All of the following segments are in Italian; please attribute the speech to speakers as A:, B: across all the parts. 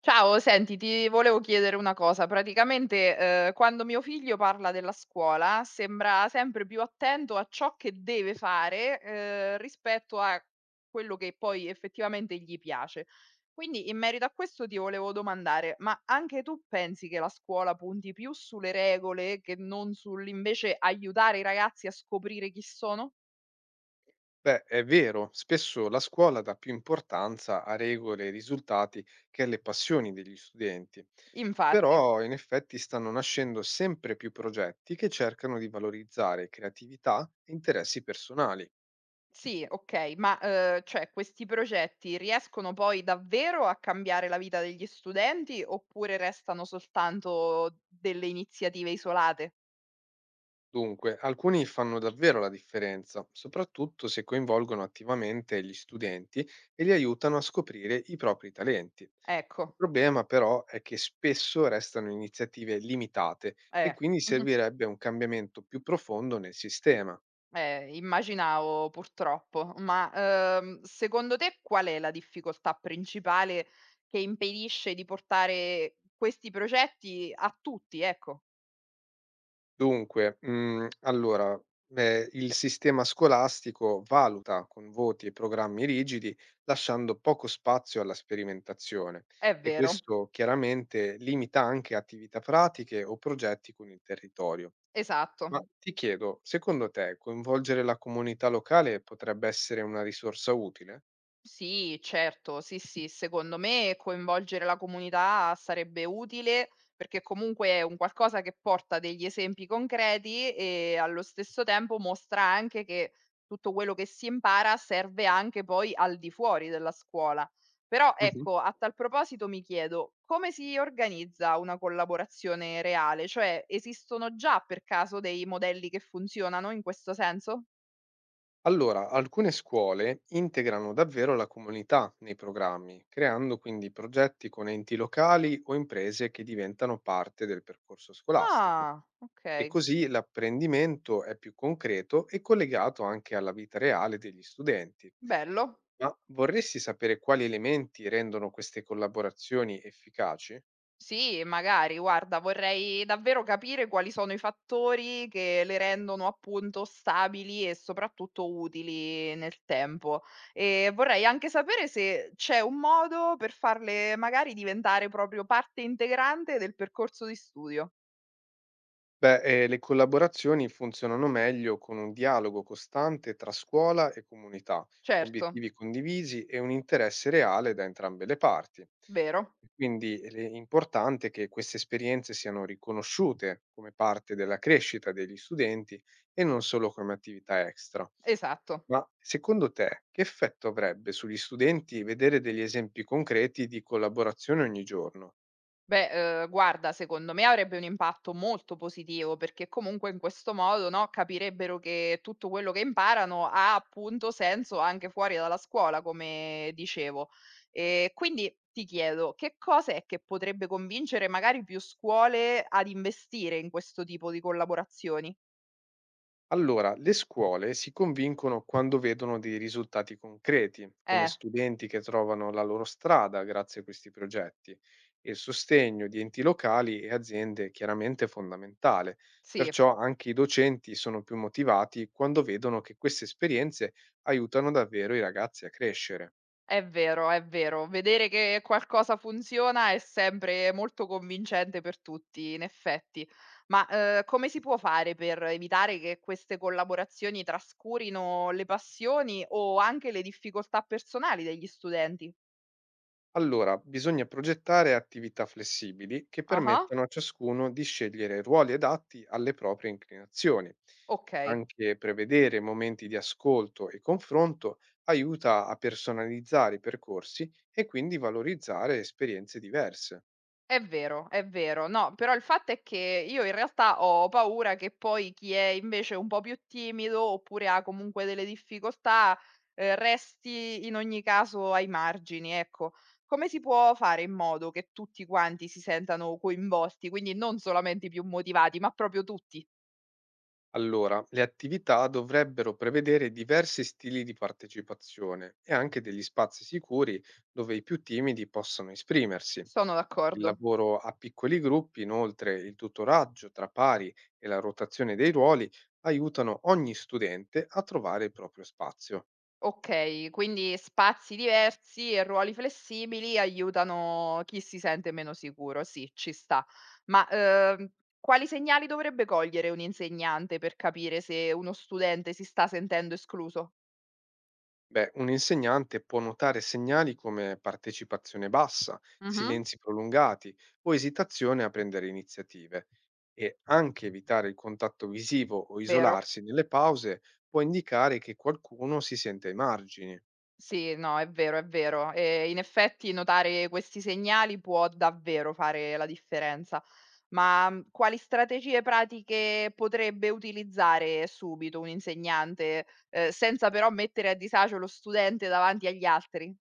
A: Ciao, senti, ti volevo chiedere una cosa. Praticamente, quando mio figlio parla della scuola, sembra sempre più attento a ciò che deve fare, rispetto a quello che poi effettivamente gli piace. Quindi in merito a questo ti volevo domandare: ma anche tu pensi che la scuola punti più sulle regole che non sull'invece aiutare i ragazzi a scoprire chi sono?
B: Beh, è vero, spesso la scuola dà più importanza a regole e risultati che alle passioni degli studenti,
A: Infatti.
B: però in effetti stanno nascendo sempre più progetti che cercano di valorizzare creatività e interessi personali.
A: Sì, okay, ma, cioè questi progetti riescono poi davvero a cambiare la vita degli studenti oppure restano soltanto delle iniziative isolate?
B: Dunque, alcuni fanno davvero la differenza, soprattutto se coinvolgono attivamente gli studenti e li aiutano a scoprire i propri talenti. Il
A: Ecco,
B: problema però è che spesso restano iniziative limitate e
A: eh,
B: quindi
A: mh-mh,
B: servirebbe un cambiamento più profondo nel sistema.
A: immaginavo purtroppo. Ma, secondo te qual è la difficoltà principale che impedisce di portare questi progetti a tutti, ecco.
B: Dunque, il sistema scolastico valuta con voti e programmi rigidi, lasciando poco spazio alla sperimentazione
A: È
B: e
A: vero,
B: questo chiaramente limita anche attività pratiche o progetti con il territorio.
A: esatto.
B: Ma ti chiedo, secondo te coinvolgere la comunità locale potrebbe essere una risorsa utile?
A: Sì, certo, sì, sì, secondo me coinvolgere la comunità sarebbe utile perché comunque è un qualcosa che porta degli esempi concreti e allo stesso tempo mostra anche che tutto quello che si impara serve anche poi al di fuori della scuola. Però
B: Mh-mh.
A: ecco, a tal proposito mi chiedo come si organizza una collaborazione reale? Cioè, esistono già per caso dei modelli che funzionano in questo senso?
B: Allora, alcune scuole integrano davvero la comunità nei programmi, creando quindi progetti con enti locali o imprese che diventano parte del percorso scolastico.
A: Ah,
B: E
A: ok,
B: così l'apprendimento è più concreto e collegato anche alla vita reale degli studenti.
A: bello.
B: Ma vorresti sapere quali elementi rendono queste collaborazioni efficaci?
A: Sì, magari, guarda, vorrei davvero capire quali sono i fattori che le rendono appunto stabili e soprattutto utili nel tempo. E vorrei anche sapere se c'è un modo per farle magari diventare proprio parte integrante del percorso di studio.
B: Beh, le collaborazioni funzionano meglio con un dialogo costante tra scuola e comunità,
A: Certo,
B: obiettivi condivisi e un interesse reale da entrambe le parti.
A: vero,
B: Quindi è importante che queste esperienze siano riconosciute come parte della crescita degli studenti e non solo come attività extra.
A: esatto.
B: Ma secondo te, che effetto avrebbe sugli studenti vedere degli esempi concreti di collaborazione ogni giorno?
A: Beh, guarda, secondo me avrebbe un impatto molto positivo, perché comunque in questo modo, no, capirebbero che tutto quello che imparano ha appunto senso anche fuori dalla scuola, come dicevo. Quindi ti chiedo, che cosa è che potrebbe convincere magari più scuole ad investire in questo tipo di collaborazioni?
B: Allora, le scuole si convincono quando vedono dei risultati concreti, come
A: Eh,
B: studenti che trovano la loro strada grazie a questi progetti, e il sostegno di enti locali e aziende è chiaramente fondamentale.
A: sì.
B: Perciò anche i docenti sono più motivati quando vedono che queste esperienze aiutano davvero i ragazzi a crescere.
A: È vero, è vero. Vedere che qualcosa funziona è sempre molto convincente per tutti, in effetti. Ma, come si può fare per evitare che queste collaborazioni trascurino le passioni o anche le difficoltà personali degli studenti?
B: Allora, bisogna progettare attività flessibili che
A: Ah-ah,
B: permettano a ciascuno di scegliere ruoli adatti alle proprie inclinazioni.
A: okay.
B: Anche prevedere momenti di ascolto e confronto aiuta a personalizzare i percorsi e quindi valorizzare esperienze diverse.
A: È vero, è vero. No, però il fatto è che io in realtà ho paura che poi chi è invece un po' più timido, oppure ha comunque delle difficoltà, resti in ogni caso ai margini, ecco. Come si può fare in modo che tutti quanti si sentano coinvolti, quindi non solamente i più motivati, ma proprio tutti?
B: Allora, le attività dovrebbero prevedere diversi stili di partecipazione e anche degli spazi sicuri dove i più timidi possano esprimersi.
A: Sono
B: Il
A: d'accordo.
B: lavoro a piccoli gruppi, inoltre il tutoraggio tra pari e la rotazione dei ruoli aiutano ogni studente a trovare il proprio spazio.
A: Okay, quindi spazi diversi e ruoli flessibili aiutano chi si sente meno sicuro. Sì, ci sta. Ma, quali segnali dovrebbe cogliere un insegnante per capire se uno studente si sta sentendo escluso?
B: Beh, un insegnante può notare segnali come partecipazione bassa,
A: Mh-mh.
B: silenzi prolungati o esitazione a prendere iniziative e anche evitare il contatto visivo o
A: Vero.
B: isolarsi nelle pause può indicare che qualcuno si sente ai margini.
A: Sì, no, è vero, è vero. E in effetti notare questi segnali può davvero fare la differenza. Ma quali strategie pratiche potrebbe utilizzare subito un insegnante, senza però mettere a disagio lo studente davanti agli altri?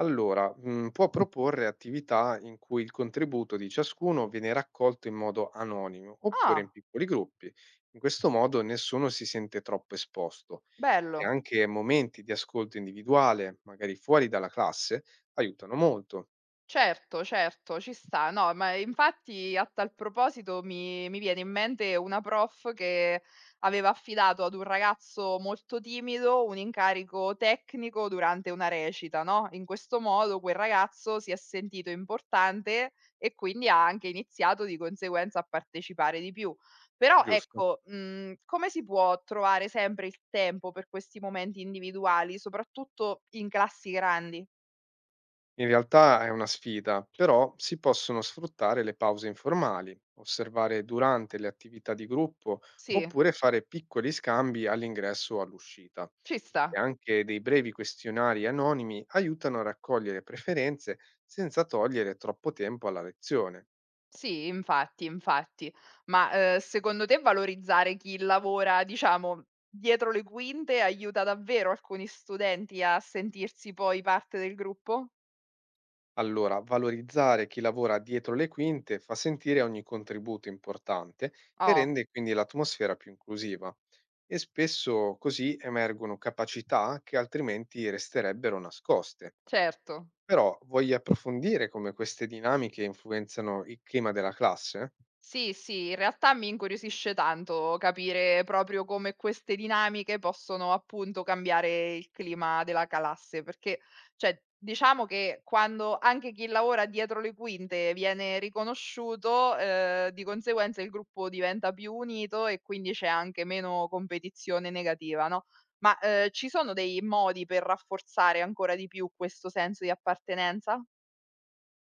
B: Allora, può proporre attività in cui il contributo di ciascuno viene raccolto in modo anonimo oppure in
A: Ah,
B: piccoli gruppi. In questo modo nessuno si sente troppo esposto. E
A: bello.
B: anche momenti di ascolto individuale, magari fuori dalla classe, aiutano molto,
A: Certo, certo, ci sta. No, ma infatti a tal proposito mi viene in mente una prof che aveva affidato ad un ragazzo molto timido un incarico tecnico durante una recita, no, in questo modo quel ragazzo si è sentito importante e quindi ha anche iniziato di conseguenza a partecipare di più. Però
B: giusto?
A: ecco, come si può trovare sempre il tempo per questi momenti individuali, soprattutto in classi grandi?
B: In realtà è una sfida, però si possono sfruttare le pause informali, osservare durante le attività di gruppo
A: Sì,
B: oppure fare piccoli scambi all'ingresso o all'uscita.
A: ci
B: E
A: sta.
B: anche dei brevi questionari anonimi aiutano a raccogliere preferenze senza togliere troppo tempo alla lezione.
A: Sì, infatti, infatti. Ma, secondo te valorizzare chi lavora, diciamo, dietro le quinte aiuta davvero alcuni studenti a sentirsi poi parte del gruppo?
B: Allora, valorizzare chi lavora dietro le quinte fa sentire ogni contributo importante e
A: Oh,
B: rende quindi l'atmosfera più inclusiva. E spesso così emergono capacità che altrimenti resterebbero nascoste.
A: certo.
B: Però voglio approfondire come queste dinamiche influenzano il clima della classe?
A: Sì, sì, in realtà mi incuriosisce tanto capire proprio come queste dinamiche possono appunto cambiare il clima della classe, perché cioè diciamo che quando anche chi lavora dietro le quinte viene riconosciuto, di conseguenza il gruppo diventa più unito e quindi c'è anche meno competizione negativa, no, ma, ci sono dei modi per rafforzare ancora di più questo senso di appartenenza?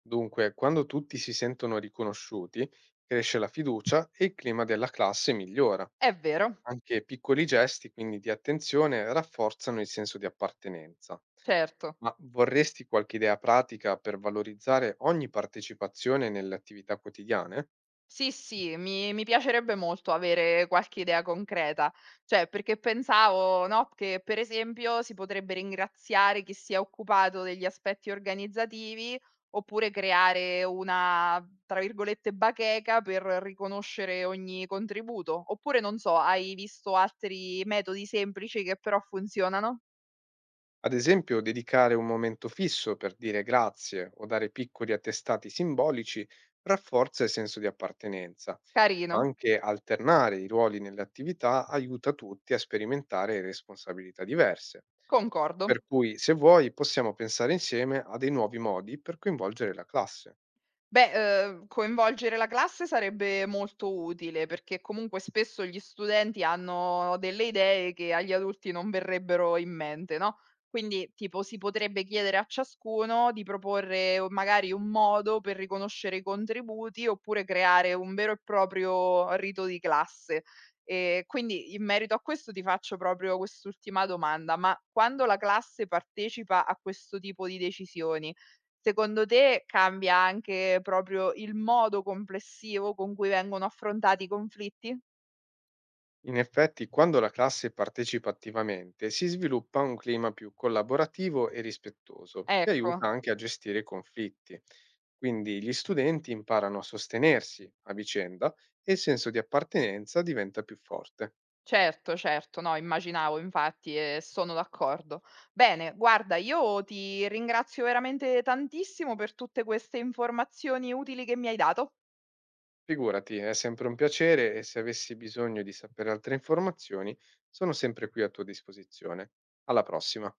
B: Dunque, quando tutti si sentono riconosciuti, cresce la fiducia e il clima della classe migliora.
A: È vero,
B: Anche piccoli gesti, quindi di attenzione, rafforzano il senso di appartenenza.
A: certo.
B: Ma vorresti qualche idea pratica per valorizzare ogni partecipazione nelle attività quotidiane?
A: Sì, sì, mi piacerebbe molto avere qualche idea concreta, cioè perché pensavo, no, che per esempio si potrebbe ringraziare chi si è occupato degli aspetti organizzativi, oppure creare una, tra virgolette, "bacheca" per riconoscere ogni contributo. Oppure non so, hai visto altri metodi semplici che però funzionano?
B: Ad esempio, dedicare un momento fisso per dire grazie o dare piccoli attestati simbolici rafforza il senso di appartenenza, ma
A: Carino,
B: anche alternare i ruoli nelle attività aiuta tutti a sperimentare responsabilità diverse.
A: concordo.
B: Per cui, se vuoi, possiamo pensare insieme a dei nuovi modi per coinvolgere la classe.
A: Beh, coinvolgere la classe sarebbe molto utile, perché comunque spesso gli studenti hanno delle idee che agli adulti non verrebbero in mente, no, quindi tipo si potrebbe chiedere a ciascuno di proporre o magari un modo per riconoscere i contributi, oppure creare un vero e proprio rito di classe. Quindi in merito a questo ti faccio proprio quest'ultima domanda: ma quando la classe partecipa a questo tipo di decisioni, secondo te cambia anche proprio il modo complessivo con cui vengono affrontati i conflitti?
B: In effetti, quando la classe partecipa attivamente, si sviluppa un clima più collaborativo e rispettoso, che aiuta
A: Ecco,
B: anche a gestire i conflitti. Quindi gli studenti imparano a sostenersi a vicenda e il senso di appartenenza diventa più forte.
A: certo, certo, no, immaginavo infatti e sono d'accordo. Bene, guarda, io ti ringrazio veramente tantissimo per tutte queste informazioni utili che mi hai dato.
B: Figurati, è sempre un piacere e se avessi bisogno di sapere altre informazioni, sono sempre qui a tua disposizione. Alla prossima.